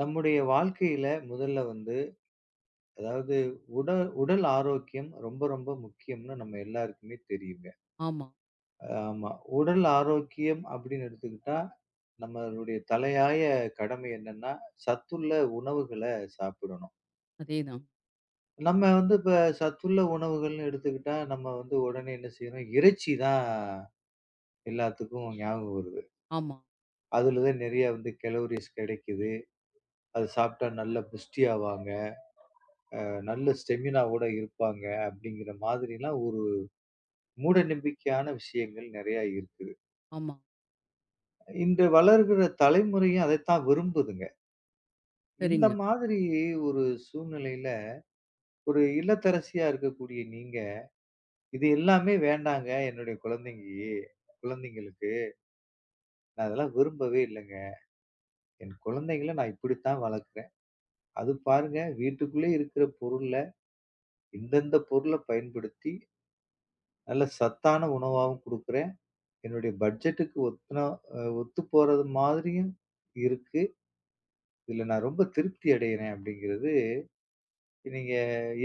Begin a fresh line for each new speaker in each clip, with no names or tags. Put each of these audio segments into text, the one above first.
நம்முடைய வாழ்க்கையில முதல்ல வந்து அதாவது உடல் உடல் ஆரோக்கியம் ரொம்ப ரொம்ப முக்கியம்னு நம்ம எல்லாருக்குமே தெரியுங்க.
ஆமா.
ஆமா. உடல் ஆரோக்கியம் அப்படின்னு எடுத்துக்கிட்டா, நம்மளுடைய தலையாய கடமை என்னன்னா, சத்துள்ள உணவுகள சாப்பிடணும்.
அதேதான்.
நம்ம வந்து இப்ப சத்துள்ள உணவுகள்னு எடுத்துக்கிட்டா, நம்ம வந்து உடனே என்ன செய்றோம், இறைச்சி தான் எல்லாத்துக்கும் ஞாபகம் வருது.
ஆமா,
அதுல தான் நெறைய வந்து கலோரிஸ் கிடைக்குது. அது சாப்பிட்டா நல்ல புஷ்டியாவாங்க. நல்ல ஸ்டெமினாவோட இருப்பாங்க அப்படிங்கிற மாதிரிலாம் ஒரு மூட நம்பிக்கையான விஷயங்கள் நிறைய இருக்குது.
ஆமா.
இன்று வளர்கிற தலைமுறையும் அதைத்தான் விரும்புதுங்க. இந்த
சரிங்க.
மாதிரி ஒரு சூழ்நிலையில ஒரு இல்லத்தரசியா இருக்கக்கூடிய நீங்க, இது எல்லாமே வேண்டாங்க என்னுடைய குழந்தைக்கு குழந்தைங்களுக்கு நான் அதெல்லாம் விரும்பவே இல்லங்க. என் குழந்தைங்கள நான் இப்படித்தான் வளர்க்கிறேன். அது பாருங்க வீட்டுக்குள்ளே இருக்கிற பொருள்ல இந்தந்த பொருள பயன்படுத்தி நல்ல சத்தான உணவாவும் குடுக்குறேன். என்னுடைய பட்ஜெட்டுக்கு ஒத்துனா ஒத்து போறது மாதிரியும் இருக்கு. இதுல நான் ரொம்ப திருப்தி அடையறேன் அப்படிங்கிறது, நீங்க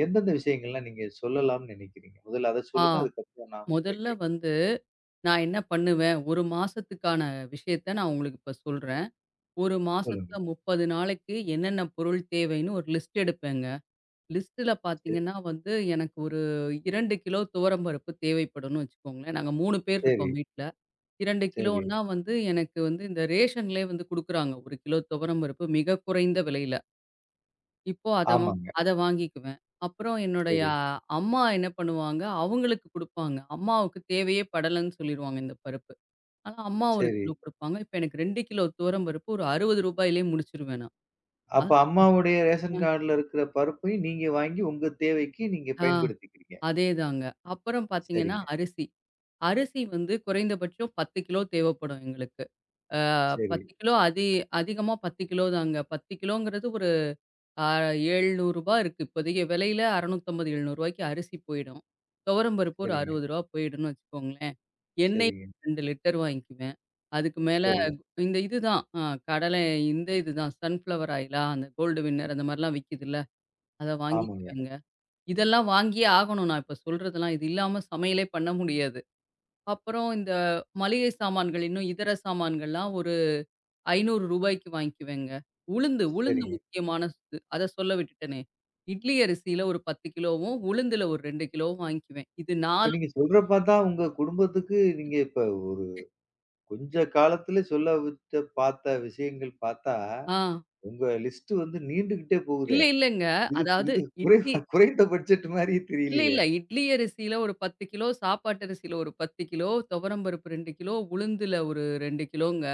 எந்தெந்த விஷயங்கள்லாம் நீங்க சொல்லலாம்ன்னு நெனைக்கிறீங்க? முதல்ல அத
ஆ
சொல்லுங்க. அதுக்கப்புறம் நான் மத்த
முதல்ல
கேட்க
வந்து நான் என்ன பண்ணுவேன், 1 மாசத்துக்கான விஷயத்த நான் உங்களுக்கு இப்ப சொல்றேன். 1
சொல்லுங்க.
மாசத்துல 30 நாளைக்கு என்னென்ன பொருள் தேவைன்னு ஒரு லிஸ்ட் எடுப்பேங்க. லிஸ்ட்ல
சே
பார்த்தீங்கன்னா வந்து எனக்கு ஒரு 2 கிலோ துவரம் பருப்பு தேவைப்படும்னு வச்சுக்கோங்களேன். நாங்க 3 பேர்
சரி,
இருக்கோம் வீட்ல. 2
சரி.
கிலோன்னா வந்து எனக்கு வந்து இந்த ரேஷன்லேயே வந்து குடுக்குறாங்க. 1 கிலோ துவரம் பருப்பு மிக குறைந்த விலையில. இப்போ
ஆமாங்க.
அத வாங்கிக்குவேன். அப்புறம் என்னுடைய
சரி,
அம்மா என்ன பண்ணுவாங்க, அவங்களுக்கு குடுப்பாங்க. அம்மாவுக்கு தேவையே படலன்னு சொல்லிருவாங்க இந்த பருப்பு. ஆனா அம்மா 1
சரி.
கிலோ குடுப்பாங்க. இப்ப எனக்கு 2 கிலோ துவரம் பருப்பு ஒரு ரூ. 60லயே முடிச்சுருவேன் நான். அ
அப்ப அம்மாவுடைய ரேஷன் கார்டுல இருக்கிற பருப்பையும் நீங்க வாங்கி உங்க தேவைக்கு நீங்க
ஆ
பயன்படுத்திக்கிறீங்க.
அதேதாங்க. அப்புறம் பார்த்தீங்கன்னா
சரிங்க.
அரிசி. அரிசி வந்து குறைந்தபட்சம் 10 கிலோ தேவைப்படும் எங்களுக்கு. ஆ
சரி,
10 கிலோ அதிகமா 10 கிலோ தாங்க. 10 கிலோங்கிறது ரூ. 700 இருக்கு. இப்போதைய விலையில 650, 700 அரிசி போயிடும். துவரம் பருப்பு ஒரு ரூ.
சரிங்க,
60 போயிடும்னு வச்சுக்கோங்களேன். எண்ணெய்
சரிங்க,
2 லிட்டர் வாங்கிக்குவேன். அதுக்கு மேல
சரி.
இந்த இதுதான் கடலை இந்த இதுதான் சன்ஃப்ளவர் ஆயிலா, அந்த கோல்டு வின்னர் அந்த மாரிலாம் விக்கிதுல்ல, அத
ஆமாங்க.
வாங்கிக்குவேங்க. இதெல்லாம் வாங்கியே ஆகணும். நான் இப்ப சொல்றதெல்லாம் இது இல்லாம சமையலே பண்ண முடியாது. அப்புறம் இந்த மளிகை சாமான்கள், இன்னும் இதர சாமான்கள்லாம் ஒரு ரூ. 500க்கு வாங்கிக்குவேங்க. உளுந்து உளுந்து
சரிங்க.
முக்கியமானது. அத சொல்ல விட்டுட்டனே. இட்லி அரிசியில ஒரு 10 கிலோவும், உளுந்துல ஒரு 2 கிலோவும் வாங்கிக்குவேன். இது
இப்ப
4
நீங்க சொல்ற பார்த்தா உங்க குடும்பத்துக்கு நீங்க இப்ப ஒரு கொஞ்ச காலத்துல சொல்ல வித்த பார்த்த விஷயங்கள் பார்த்தா,
ஆ
உங்க லிஸ்ட் வந்து நீண்டுகிட்டே
இல்ல
போகுதே!
இல்லங்க.
இது
அதாவது
இது
இட்லி
குறைவா குறைந்த பட்ஜெட் மாரியே
இல்ல
தெரியலையே!
இல்ல. இட்லி அரிசியில ஒரு 10 கிலோ, சாப்பாட்டு அரிசியில ஒரு 10 கிலோ, துவரம்பருப்பு 2 கிலோ, உளுந்துல ஒரு 2 கிலோங்க.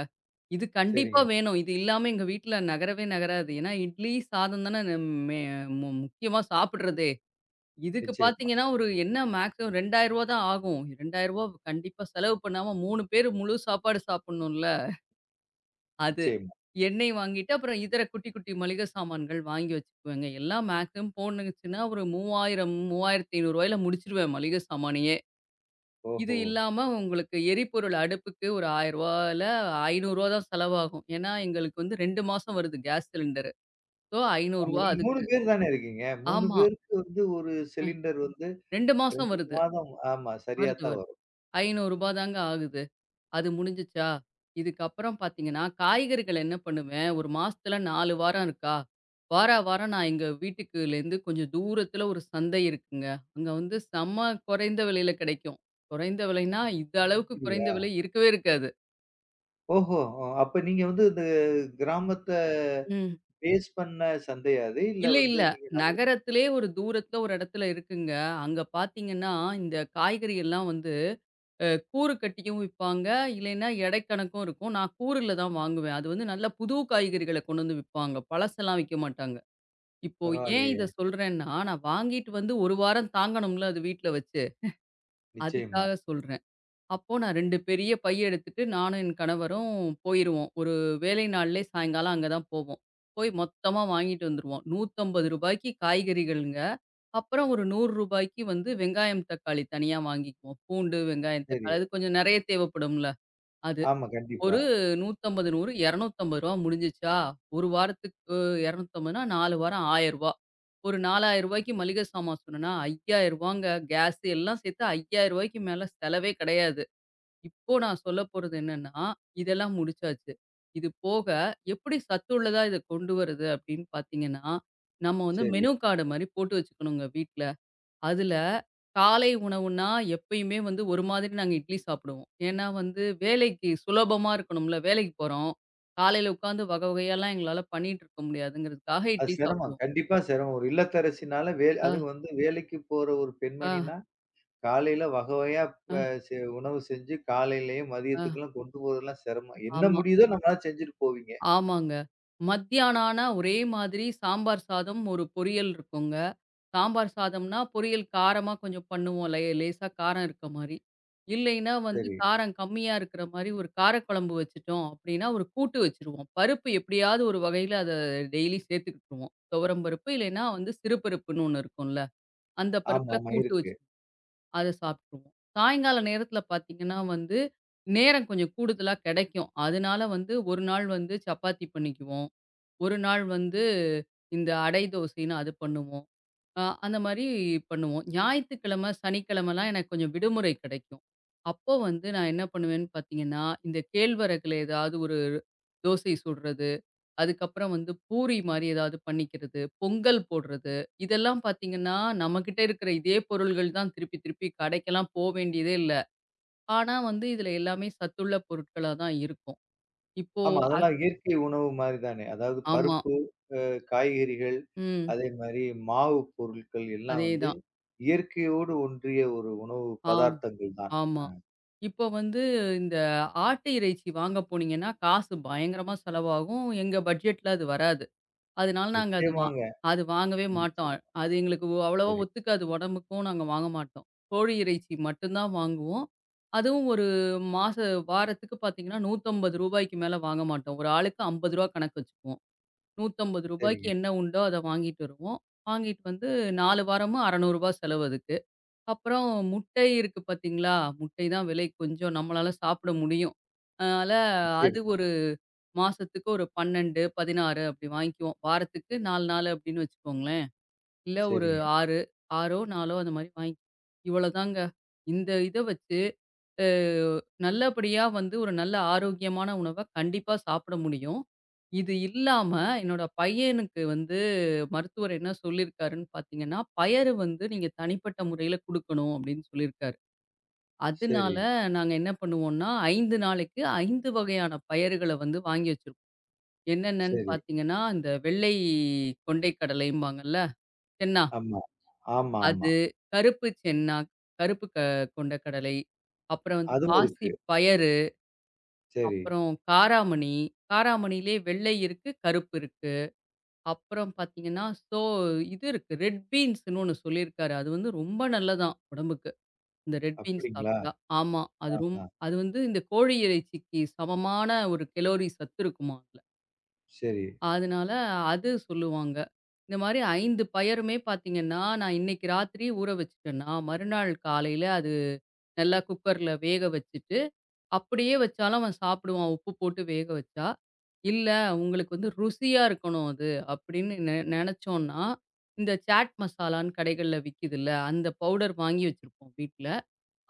இது கண்டிப்பா
சரிங்க.
வேணும். இது இல்லாம எங்க வீட்ல நகரவே நகராது. ஏன்னா இட்லி, சாதம் தானே நம் மே முக்கியமா சாப்பிடுறது. இதுக்கு
நிச்சயமா,
பார்த்தீங்கன்னா, ஒரு என்ன மேக்ஸிமம் ரூ. 2000 தான் ஆகும். ரூ. 2000 கண்டிப்பா செலவு பண்ணாம 3 பேரு முழு சாப்பாடு சாப்பிடணும்ல, அது.
நிச்சயமா.
எண்ணெய் வாங்கிட்டு, அப்புறம் இதர குட்டி, குட்டி மளிகை சாமான்கள் வாங்கி வச்சுக்குவேங்க. எல்லாம் மேக்ஸிமம் போணுச்சுன்னா ஒரு 3000 ரூ. 3500ல முடிச்சுருவேன் மளிகை சாமானையே. இது
ஓஹோ!
இல்லாம உங்களுக்கு எரிபொருள் அடுப்புக்கு ஒரு ரூ. 1000ல ரூ. 500 தான் செலவாகும். ஏன்னா, எங்களுக்கு வந்து 2 மாசம் வருது கேஸ் சிலிண்டரு. ஸோ ரூ. 500
ஆமா நீங்க 3
அதுக்கு.
பேர் தானே இருக்கீங்க. 3
ஆமா.
பேருக்கு வந்து ஒரு சிலிண்டர் வந்து
2 மாசம்
2
வருது.
மாதம் ஆமா சரியா
வருது,
தான்
வருது. ரூ.
வரும்.
500 தாங்க ஆகுது. அது முடிஞ்சுச்சா? இதுக்கப்புறம் பார்த்தீங்கன்னா, காய்கறிகள் என்ன பண்ணுவேன், ஒரு மாசத்துல 4 வாரம் இருக்கா, வாரா வாரம் நான் எங்க வீட்டுக்குலேருந்து கொஞ்சம் தூரத்துல ஒரு சந்தை இருக்குங்க. அங்க வந்து செம்ம குறைந்த விலையில கிடைக்கும். குறைந்த விலைன்னா, இந்த அளவுக்கு குறைந்த
அப்படியா?
விலை இருக்கவே இருக்காது.
ஓஹோ! ஓ, அப்ப நீங்க வந்து இந்த கிராமத்த
ம்.
பேஸ் பண்ண சந்தையா அது? இல்ல
இல்ல,
வந்து
இல்ல.
நீங்க
நகரத்திலே ஒரு தூரத்துல ஒரு இடத்துல இருக்குங்க. அங்க பார்த்தீங்கன்னா, இந்த காய்கறி எல்லாம் வந்து கூறு கட்டியும் விப்பாங்க. இல்லைன்னா எடை கணக்கும் இருக்கும். நான் கூறுல தான் வாங்குவேன். அது வந்து நல்ல புது காய்கறிகள கொண்டு வந்து விப்பாங்க. பழசெல்லாம் விக்க மாட்டாங்க. இப்போ ஏன் இத
பரவாயில்லையே!
சொல்றேன்னா, நான் வாங்கிட்டு வந்து 1 வாரம் தாங்கணும்ல அது வீட்ல வச்சு.
நிச்சயமா.
அதுக்காக சொல்றேன். அப்போ நான் 2 பெரிய பை எடுத்துட்டு நானும் என் கணவரும் போயிருவோம். ஒரு வேலை நாள்லயே சாயங்காலம் அங்க தான் போவோம். போய் மொத்தமா வாங்கிட்டு வந்துருவோம். ரூ. 150க்கு காய்கறிகள்ங்க. அப்புறம் ஒரு ரூ. 100க்கு வந்து வெங்காயம், தக்காளி தனியா வாங்கிக்குவோம். பூண்டு, வெங்காயம்,
சரி.
தக்காளி அது கொஞ்சம் நெறைய தேவைப்படும்ல. அது
ஆமா கண்டிப்பா.
ஒரு 150, 100 ரூ. 250 முடிஞ்சுச்சா, ஒரு வாரத்துக்கு 250ன்னா 4 வாரம் ரூ. 1000. ஒரு ரூ. 4000க்கு மளிகை சாமான் சொன்னனா ரூ. 5000ங்க. கேஸ் எல்லாம் சேர்த்து ரூ. 5000க்கு மேல செலவே கிடையாது. இப்போ நான் சொல்லப்போறது என்னன்னா, இதெல்லாம் முடிச்சாச்சு. இது போக எப்படி சத்துள்ளதா இத கொண்டு வரது அப்படின்னு பார்த்தீங்கன்னா, நம்ம வந்து
சரி.
மெனு கார்டு மாரி போட்டு வச்சுக்கணுங்க வீட்ல. அதுல காலை உணவுன்னா எப்பயுமே வந்து ஒரு மாதிரி நாங்க இட்லி சாப்பிடுவோம். ஏன்னா வந்து வேலைக்கு சுலபமா இருக்கணும்ல. வேலைக்கு போறோம். காலையில உட்காந்து வகை வகையாலாம் எங்களால பண்ணிட்டு இருக்க முடியாதுங்கிறதுக்காக
அது
இட்லி
சிரமம்.
சாப்பிடுவோம்.
கண்டிப்பா சிரமம். ஒரு இல்லத்தரசினால வே
அ,
அதுவும் வந்து வேலைக்கு போற ஒரு
அ,
பெண்மணின்னா, காலையில வகை வகையா
அ,
ப செ உணவு செஞ்சு காலையிலயும்,
அ.
மதியத்துக்கெல்லாம் கொண்டு போறதெல்லாம் சிரமம். என்ன
ஆமா.
முடியுதோ நம்மளால செஞ்சுட்டு போவீங்க.
ஆமாங்க. மத்தியானம் ஆனா ஒரே மாதிரி சாம்பார் சாதம், ஒரு பொரியல் இருக்குங்க. சாம்பார் சாதம்னா, பொரியல் காரமா கொஞ்சம் பண்ணுவோம். லேசா காரம் இருக்க மாரி. இல்லைன்னா வந்து
சரி.
காரம் கம்மியா இருக்கிற மாரி ஒரு காரக்குழம்பு வச்சுட்டோம் அப்டின்னா, ஒரு கூட்டு வச்சுருவோம். பருப்பு எப்படியாவது ஒரு வகையில அத டெய்லி சேர்த்துக்கிட்டுருவோம். துவரம் பருப்பு இல்லைன்னா வந்து சிறு பருப்புன்னு ஒண்ணு இருக்கும்ல. அந்த
ஆமா,
பருப்புல
ஆமா.
கூட்டு
இருக்கு.
வச்சு அத சாப்பிட்ருவோம். சாயங்கால நேரத்தில பார்த்தீங்கன்னா வந்து, நேரம் கொஞ்சம் கூடுதலா கிடைக்கும். அதனால வந்து ஒரு நாள் வந்து சப்பாத்தி பண்ணிக்குவோம். ஒரு நாள் வந்து இந்த அடை தோசைன்னு அது பண்ணுவோம். அந்த மாரி பண்ணுவோம். ஞாயித்துக்கிழமை, சனிக்கிழமைலாம் எனக்கு கொஞ்சம் விடுமுறை கிடைக்கும். அப்போ வந்து நான் என்ன பண்ணுவேன்னு பார்த்தீங்கன்னா, இந்த கேழ்வரகுல ஏதாவது ஒரு தோசை சுடுறது. அதுக்கப்புறம் வந்து பூரி மாரி ஏதாவது பண்ணிக்கிறது, பொங்கல் போடுறது. இதெல்லாம் பார்த்தீங்கன்னா, நம்மகிட்ட இருக்கிற இதே பொருள்கள் தான் திருப்பி திருப்பி கடைக்கெல்லாம் போ வேண்டியதே இல்ல. ஆனா வந்து இதுல எல்லாமே சத்துள்ள பொருட்களா தான் இருக்கும். இப்போ
ஆமா,
அஸ்
அதெல்லாம் இயற்கை உணவு மாரி தானே. அதாவது
ஆமா.
பருப்பு, அ காய்கறிகள்,
ம்.
அதே மாரி மாவு பொருட்கள் எல்லாம் வந்து
அதேதான்.
இயற்கையோடு ஒன்றிய ஒரு உணவு
ஆம்.
பதார்த்தங்கள் தான்.
ஆமா.
அ
இப்போ வந்து இந்த ஆட்டு இறைச்சி வாங்க போனீங்கன்னா, காசு பயங்கரமா செலவாகும். எங்க பட்ஜெட்ல அது வராது. அதனால நாங்க
நிச்சயமாங்க.
அது வாங்கவே மாட்டோம்.
நிச்சயம்.
அது எங்களுக்கு அவ்வளவா
சரி.
ஒத்துக்காது. உடம்புக்கும் நாங்க வாங்க மாட்டோம். கோழி இறைச்சி மட்டும் தான் வாங்குவோம். அதுவும் ஒரு மாச வாரத்துக்கு பார்த்தீங்கன்னா, ரூ. 150க்கு மேல வாங்க மாட்டோம். ஒரு ஆளுக்கு ரூ. 50 கணக்கு வச்சுக்குவோம். ரூ. 150க்கு
சரிங்க.
என்ன உண்டோ அத வாங்கிட்டு வருவோம். வாங்கிட்டு வந்து 4 வாரமும் ரூ. 600 செலவு அதுக்கு. அப்புறம் முட்டை இருக்கு பார்த்தீங்களா? முட்டை தான் விலை கொஞ்சம் நம்மளால சாப்பிட முடியும். அதனால அது
நிச்சயமா.
மாசத்துக்கு ஒரு 12, 16 அப்படி வாங்கிக்குவோம். வாரத்துக்கு 4 நாள் அப்படின்னு வச்சுக்கோங்களேன். இல்ல ஒரு
சரிங்க.
6, 6ஓ 4ஓ அந்த மாரி வாங்கி இவ்வளோதாங்க. இந்த இத வச்சு அ நல்லபடியா வந்து ஒரு நல்ல ஆரோக்கியமான உணவ கண்டிப்பா சாப்பிட முடியும். இது இல்லாம என்னோட பையனுக்கு வந்து மருத்துவர் என்ன சொல்லியிருக்காருன்னு பார்த்தீங்கன்னா, பயறு வந்து நீங்க தனிப்பட்ட முறையில குடுக்கணும் அப்படின்னு சொல்லியிருக்காரு.
சரி.
அதனால நாங்க என்ன பண்ணுவோம்னா, 5 நாளைக்கு 5 வகையான பயறுகள வந்து வாங்கி வச்சிருவோம். என்னென்னன்னு
சரி.
பார்த்தீங்கன்னா, இந்த வெள்ளை கொண்டை கடலைம்பாங்கல்ல, சென்னா.
ஆமா. ஆமாமா.
அது, கருப்பு சென்னா, கருப்பு கொண்டக்கடலை, அப்புறம் வந்து
அதுவும்
பாசி
இருக்கு.
பயறு,
சரி.
அப்புறம் காராமணி. காராமணியிலே வெள்ளை இருக்கு, கருப்பு இருக்கு. அப்புறம் பார்த்தீங்கன்னா, இது இருக்கு. ரெட் பீன்ஸ்ன்னு ஒண்ணு சொல்லியிருக்காரு. அது வந்து ரொம்ப நல்லதாம் உடம்புக்கு. இந்த ரெட் பீன்ஸ்
அப்படிங்களா?
சாப்பிட்டா. ஆமா.
ஆஹா.
அது வந்து இந்த கோழி இறைச்சிக்கு சமமான ஒரு கலோரி சத்து இருக்குமாம் அதுல.
சரி,
அதனால அது சொல்லுவாங்க. இந்த மாரி 5 பயருமே பார்த்தீங்கன்னா, நான் இன்னைக்கு ராத்திரி ஊற வச்சுட்டேன்னா, மறுநாள் காலையில அது நல்லா குக்கர்ல வேக வச்சுட்டு, அப்படியே வச்சாலும் அவன் சாப்பிடுவான். உப்பு போட்டு வேக வச்சா. இல்ல உங்களுக்கு வந்து ருசியா இருக்கணும் அது அப்படின்னு நெனச்சோம்ன்னா, இந்த சாட் மசாலான்னு கடைகள்ல விக்குதுல்ல, அந்த பவுடர் வாங்கி வச்சிருப்போம் வீட்ல.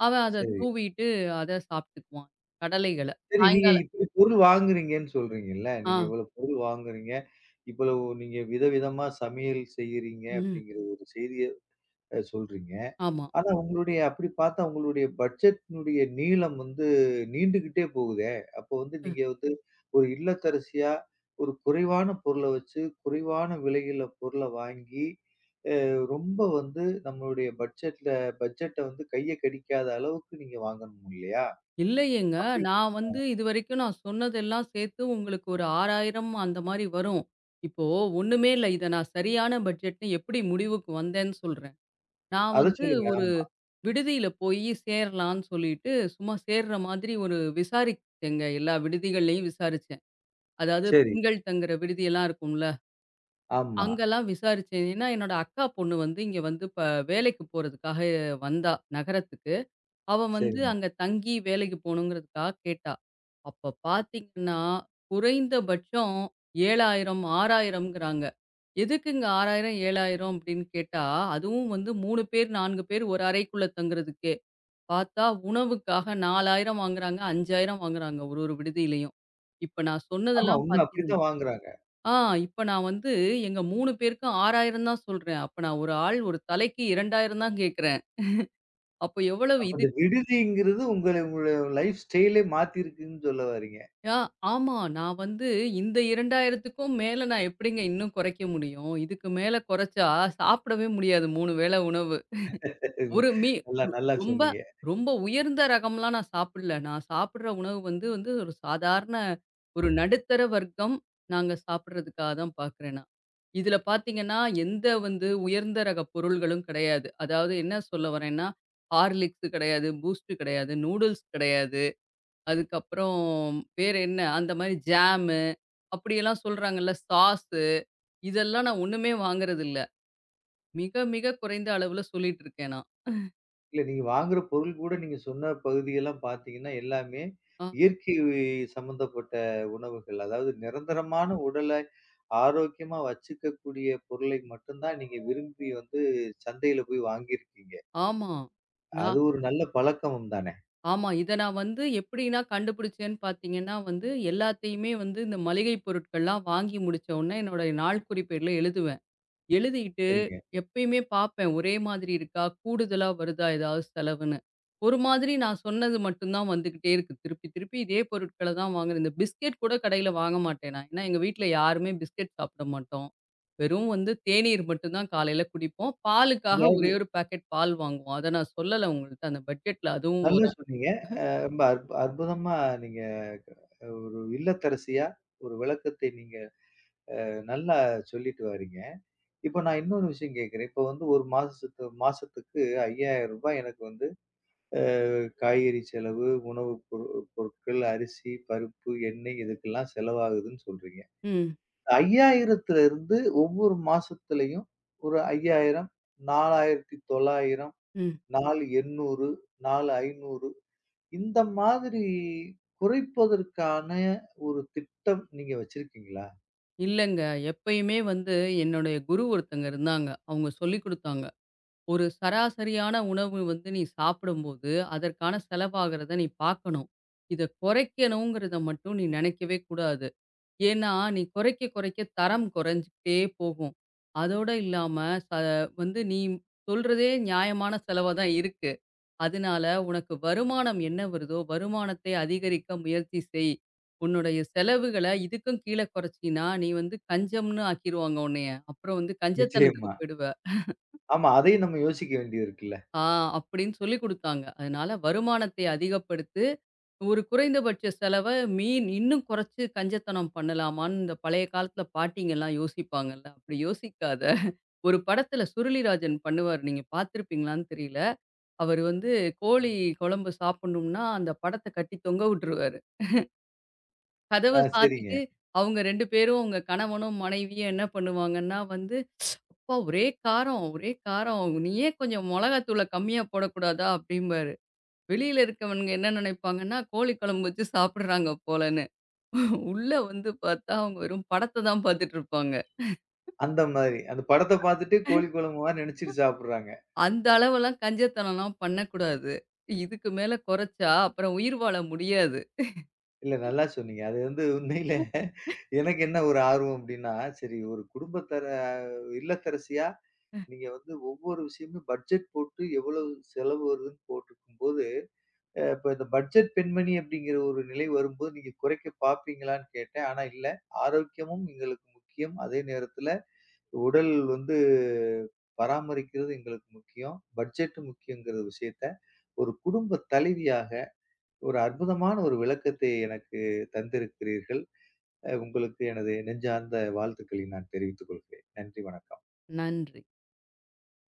அவன் அத
சரி.
தூவிட்டு அத சாப்பிட்டுக்குவான். கடலைகள.
சரி நீங்க
சாயங்காலம்
இப்படி பொருள் வாங்குறீங்கன்னு சொல்றீங்கல்ல.
ஆ.
நீங்க இவ்வளவு பொருள் வாங்குறீங்க. இவ்வளவு நீங்க விதவிதமா சமையல் செய்யறீங்க
ம்.
அப்படிங்கிற ஒரு செய்திய சொல்றீங்க.
ஆமா.
ஆனா உங்களுடைய அப்படி பார்த்தா உங்களுடைய பட்ஜெட்டினுடைய நீளம் வந்து நீண்டுகிட்டே போகுதே. அப்போ வந்து நீங்க வந்து ஒரு இல்லத்தரசியா ஒரு குறைவான பொருள வச்சு, குறைவான விலையில பொருள வாங்கி ரொம்ப வந்து நம்மளுடைய பட்ஜெட்ல பட்ஜெட்ட வந்து கைய கடிக்காத அளவுக்கு நீங்க வாங்கணும் இல்லையா?
இல்லையேங்க.
அப்படி
நான் வந்து இதுவரைக்கும் நான் சொன்னதெல்லாம் சேர்த்து உங்களுக்கு ஒரு 6,000 அந்த மாரி வரும். இப்போ ஒண்ணுமே இல்ல. இத நான் சரியான பட்ஜெட்ன்னு எப்படி முடிவுக்கு வந்தேன்னு சொல்றேன். நான்
அத
வந்து
சொல்லுங்க.
ஒரு
ஆமா.
விடுதியில போயி சேரலான்னு சொல்லிட்டு, சும்மா சேர்ற மாதிரி ஒரு விசாரிச்சேங்க. எல்லா விடுதிகள்லயும் விசாரிச்சேன். அதாவது
சரி.
பெண்கள் தங்குற விடுதியெல்லாம் இருக்கும்ல.
ஆமா.
அங்கலாம் விசாரிச்சேன். ஏன்னா, என்னோட அக்கா பொண்ணு வந்து இங்க வந்து இப்ப வேலைக்கு போறதுக்காக வந்தா நகரத்துக்கு. அவ வந்து
சரிங்க.
அங்க தங்கி வேலைக்கு போகணுங்கிறதுக்காக கேட்டா. அப்ப பார்த்தீங்கன்னா, குறைந்தபட்சம் 7,000, 6,000ங்கிறாங்க. எதுக்குங்க 6,000, 7,000 அப்படின்னு கேட்டா, அதுவும் வந்து 3 பேர், 4 பேர் ஒரு அறைக்குள்ள தங்குறதுக்கே. பார்த்தா உணவுக்காக 4,000 வாங்குறாங்க, 5,000 வாங்குறாங்க ஒரு ஒரு விடுதியிலயும். இப்ப நான்
ஆமா.
சொன்னதெல்லாம்
உண்ம
பார்த்தீங்க
அப்படித்தான் வாங்குறாங்க.
ஆ இப்ப நான் வந்து எங்க 3 பேருக்கும் 6,000 தான் சொல்றேன். அப்ப நான் ஒரு ஆள் ஒரு தலைக்கு 2,000 தான் கேட்கிறேன். அப்ப எவ்வளவு
அப்ப
இது
இந்த விடுதிங்கிறது உங்கள உங்கள லைஃப் ஸ்டைலே மாத்திருக்குன்னு சொல்ல வர்றீங்க.
ஆ, ஆமா. நான் வந்து இந்த 2000க்கும் மேல நான் எப்படிங்க இன்னும் குறைக்க முடியும்? இதுக்கு மேல குறைச்சா சாப்பிடவே முடியாது 3 வேள உணவு. ஒரு மீ
நல்லா நல்லா
ரொம்ப
சொன்னீங்க.
ரொம்ப உயர்ந்த ரகம்லாம் நான் சாப்பிடல. நான் சாப்பிடுற உணவு வந்து வந்து ஒரு சாதாரண ஒரு நடுத்தர வர்க்கம் நாங்க சாப்பிடுறதுக்காக தான் பார்க்குறேன் நான். இதில பார்த்தீங்கன்னா, எந்த வந்து உயர்ந்த ரக பொருள்களும் கிடையாது. அதாவது என்ன சொல்ல வரேன்னா, ஹார்லிக்ஸ் கிடையாது, பூஸ்ட் கிடையாது, நூடுல்ஸ் கிடையாது. அதுக்கப்புறம் வேறு என்ன? அந்த மாரி ஜாமு, அப்படியெல்லாம் சொல்றாங்கல்ல, சாஸு இதெல்லாம் நான் ஒண்ணுமே வாங்குறதில்ல. மிக, மிக குறைந்த அளவுல சொல்லிட்டு இருக்கேன் நான்.
இல்ல நீங்க வாங்குற பொருள் கூட நீங்க சொன்ன பகுதியெல்லாம் பார்த்தீங்கன்னா, எல்லாமே
ஆ
இயற்கை சம்மந்தப்பட்ட உணவுகள். அதாவது நிரந்தரமான உடல ஆரோக்கியமா வச்சுக்கக்கூடிய பொருளை மட்டும் தான் நீங்க விரும்பி வந்து சந்தையில போய் வாங்கியிருக்கீங்க.
ஆமா.
அது
நான்
ஒரு நல்ல பழக்கமும் தானே!
ஆமா. இத நான் வந்து எப்படின்னா கண்டுபிடிச்சேன்னு பார்த்தீங்கன்னா வந்து, எல்லாத்தையுமே வந்து இந்த மளிகை பொருட்கள்லாம் வாங்கி முடிச்ச உடனே என்னோட நாள் குறிப்பேடுல எழுதுவேன். எழுதிக்கிட்டு
சரிங்க.
எப்பயுமே பார்ப்பேன். ஒரே மாதிரி இருக்கா? கூடுதலா வருதா ஏதாவது செலவுன்னு? ஒரு மாதிரி நான் சொன்னது மட்டும் தான் வந்துகிட்டே இருக்கு. திருப்பி திருப்பி இதே பொருட்கள தான் வாங்குறேன். இந்த பிஸ்கெட் கூட கடையில வாங்க மாட்டேன் நான். ஏன்னா எங்க வீட்ல யாருமே பிஸ்கெட் சாப்பிட மாட்டோம். வெறும் வந்து தேநீர் மட்டும் தான் காலையில குடிப்போம். பாலுக்காக
அதாவது
ஒரே ஒரு பாக்கெட் பால் வாங்குவோம். அத நான் சொல்லல உங்கள்ட்ட. அந்த பட்ஜெட்ல அதுவும்
நல்லா
வரும்.
சொன்னீங்க. ரொம்ப அற்புதமா நீங்க ஒரு இல்லத்தரசியா ஒரு விளக்கத்தை நீங்க நல்லா சொல்லிட்டு வாரீங்க. இப்ப நான் இன்னொரு விஷயம் கேட்கிறேன். இப்ப வந்து 1 மாசத்துக்கு ரூ. 5,000 எனக்கு வந்து அ காய்கறி செலவு, உணவு பொருட்கள், அரிசி, பருப்பு, எண்ணெய் இதுக்கெல்லாம் செலவாகுதுன்னு சொல்றீங்க. ரூ.
ம்,
5000 ஒவ்வொரு மாசத்துலயும் ஒரு 5000, 4900,
ம்.
4800, 4500 இந்த மாதிரி குறைப்பதற்கான ஒரு திட்டம் நீங்க வச்சிருக்கீங்களா?
இல்லங்க. எப்பயுமே வந்து என்னுடைய குரு ஒருத்தங்க இருந்தாங்க. அவங்க சொல்லிக் குடுத்தாங்க. ஒரு சராசரியான உணவு வந்து நீ சாப்பிடும்போது, அதற்கான செலவாகிறத நீ பார்க்கணும். இத குறைக்கணுங்கிறத மட்டும் நீ நினைக்கவே கூடாது. ஏன்னா, நீ குறைக்க குறைக்க தரம் குறைஞ்சுக்கிட்டே போகும். அதோட இல்லாம ச வந்து நீ சொல்றதே நியாயமான செலவா தான் இருக்கு. அதனால உனக்கு வருமானம் என்ன வருதோ, வருமானத்தை அதிகரிக்க முயற்சி செய். உன்னுடைய செலவுகள இதுக்கும் கீழ குறைச்சீன்னா, நீ வந்து கஞ்சம்ன்னு ஆக்கிருவாங்க உன்னைய. அப்புறம் வந்து கஞ்சத்தனத்துக்கு
நிச்சயமா.
போயிடுவ.
ஆமா, அதையும் நம்ம யோசிக்க வேண்டியது இருக்குல்ல.
ஆ அப்படின்னு சொல்லிக் குடுத்தாங்க. அதனால வருமானத்தை அதிகப்படுத்து, ஒரு குறைந்தபட்ச செலவ மீன் இன்னும் குறைச்சு கஞ்சத்தனம் பண்ணலாமான்னு இந்த பழைய காலத்துல பாட்டிங்கலாம் யோசிப்பாங்கல்ல. அப்படி யோசிக்காத ஒரு படத்துல சுருளிராஜன் பண்ணுவாரு. நீங்க பார்த்திருப்பீங்களான்னு தெரியல. அவரு வந்து கோழி குழம்பு சாப்பிடணும்னா அந்த படத்த கட்டி தொங்க விட்டுருவாரு. கதவ
ஆ சரிங்க.
சாத்திட்டு அவங்க 2 பேரும் அவங்க கணவனும், மனைவியும் என்ன பண்ணுவாங்கன்னா வந்து, "அப்பா ஒரே காரம், ஒரே காரம். நீ ஏன் கொஞ்சம் மொளகாத்தூள கம்மியா போடக்கூடாதா?" அப்படிம்பாரு. வெளியில இருக்கவனுங்க என்ன நினைப்பாங்கன்னா, கோழி குழம்பு வச்சு சாப்பிடுறாங்க போலன்னு. உள்ள வந்து பார்த்தா, அவங்க வெறும் படத்த தான் பார்த்துட்டு இருப்பாங்க.
அந்த மாதிரி. அந்த படத்த பார்த்துட்டு கோழி குழம்பு மாரி நெனச்சுட்டு சாப்பிடுறாங்க.
அந்த அளவெல்லாம் கஞ்சத்தனம்லாம் பண்ணக்கூடாது. இதுக்கு மேல குறைச்சா, அப்புறம் உயிர் வாழ முடியாது.
இல்ல நல்லா சொன்னீங்க. அது வந்து உண்மையில எனக்கு என்ன ஒரு ஆர்வம் அப்டின்னா, சரி ஒரு குடும்பத்தர இல்லத்தரசியா நீங்க வந்து ஒவ்வொரு விஷயமும் பட்ஜெட் போட்டு எவ்வளவு செலவு வருதுன்னு போட்டிருக்கும்போது, இப்ப இந்த பட்ஜெட் பெண்மணி அப்படிங்கிற ஒரு நிலை வரும்போது நீங்க குறைக்க பார்ப்பீங்களான்னு கேட்டேன். ஆனா இல்ல. ஆரோக்கியமும் எங்களுக்கு முக்கியம். அதே நேரத்துல உடல் வந்து பராமரிக்கிறது எங்களுக்கு முக்கியம். பட்ஜெட் முக்கியங்கிற விஷயத்த ஒரு குடும்ப தலைவியாக ஒரு அற்புதமான ஒரு விளக்கத்தை எனக்கு தந்திருக்கிறீர்கள். உங்களுக்கு எனது நெஞ்சார்ந்த வாழ்த்துக்களை நான் தெரிவித்துக் கொள்கிறேன். நன்றி, வணக்கம்.
நன்றி.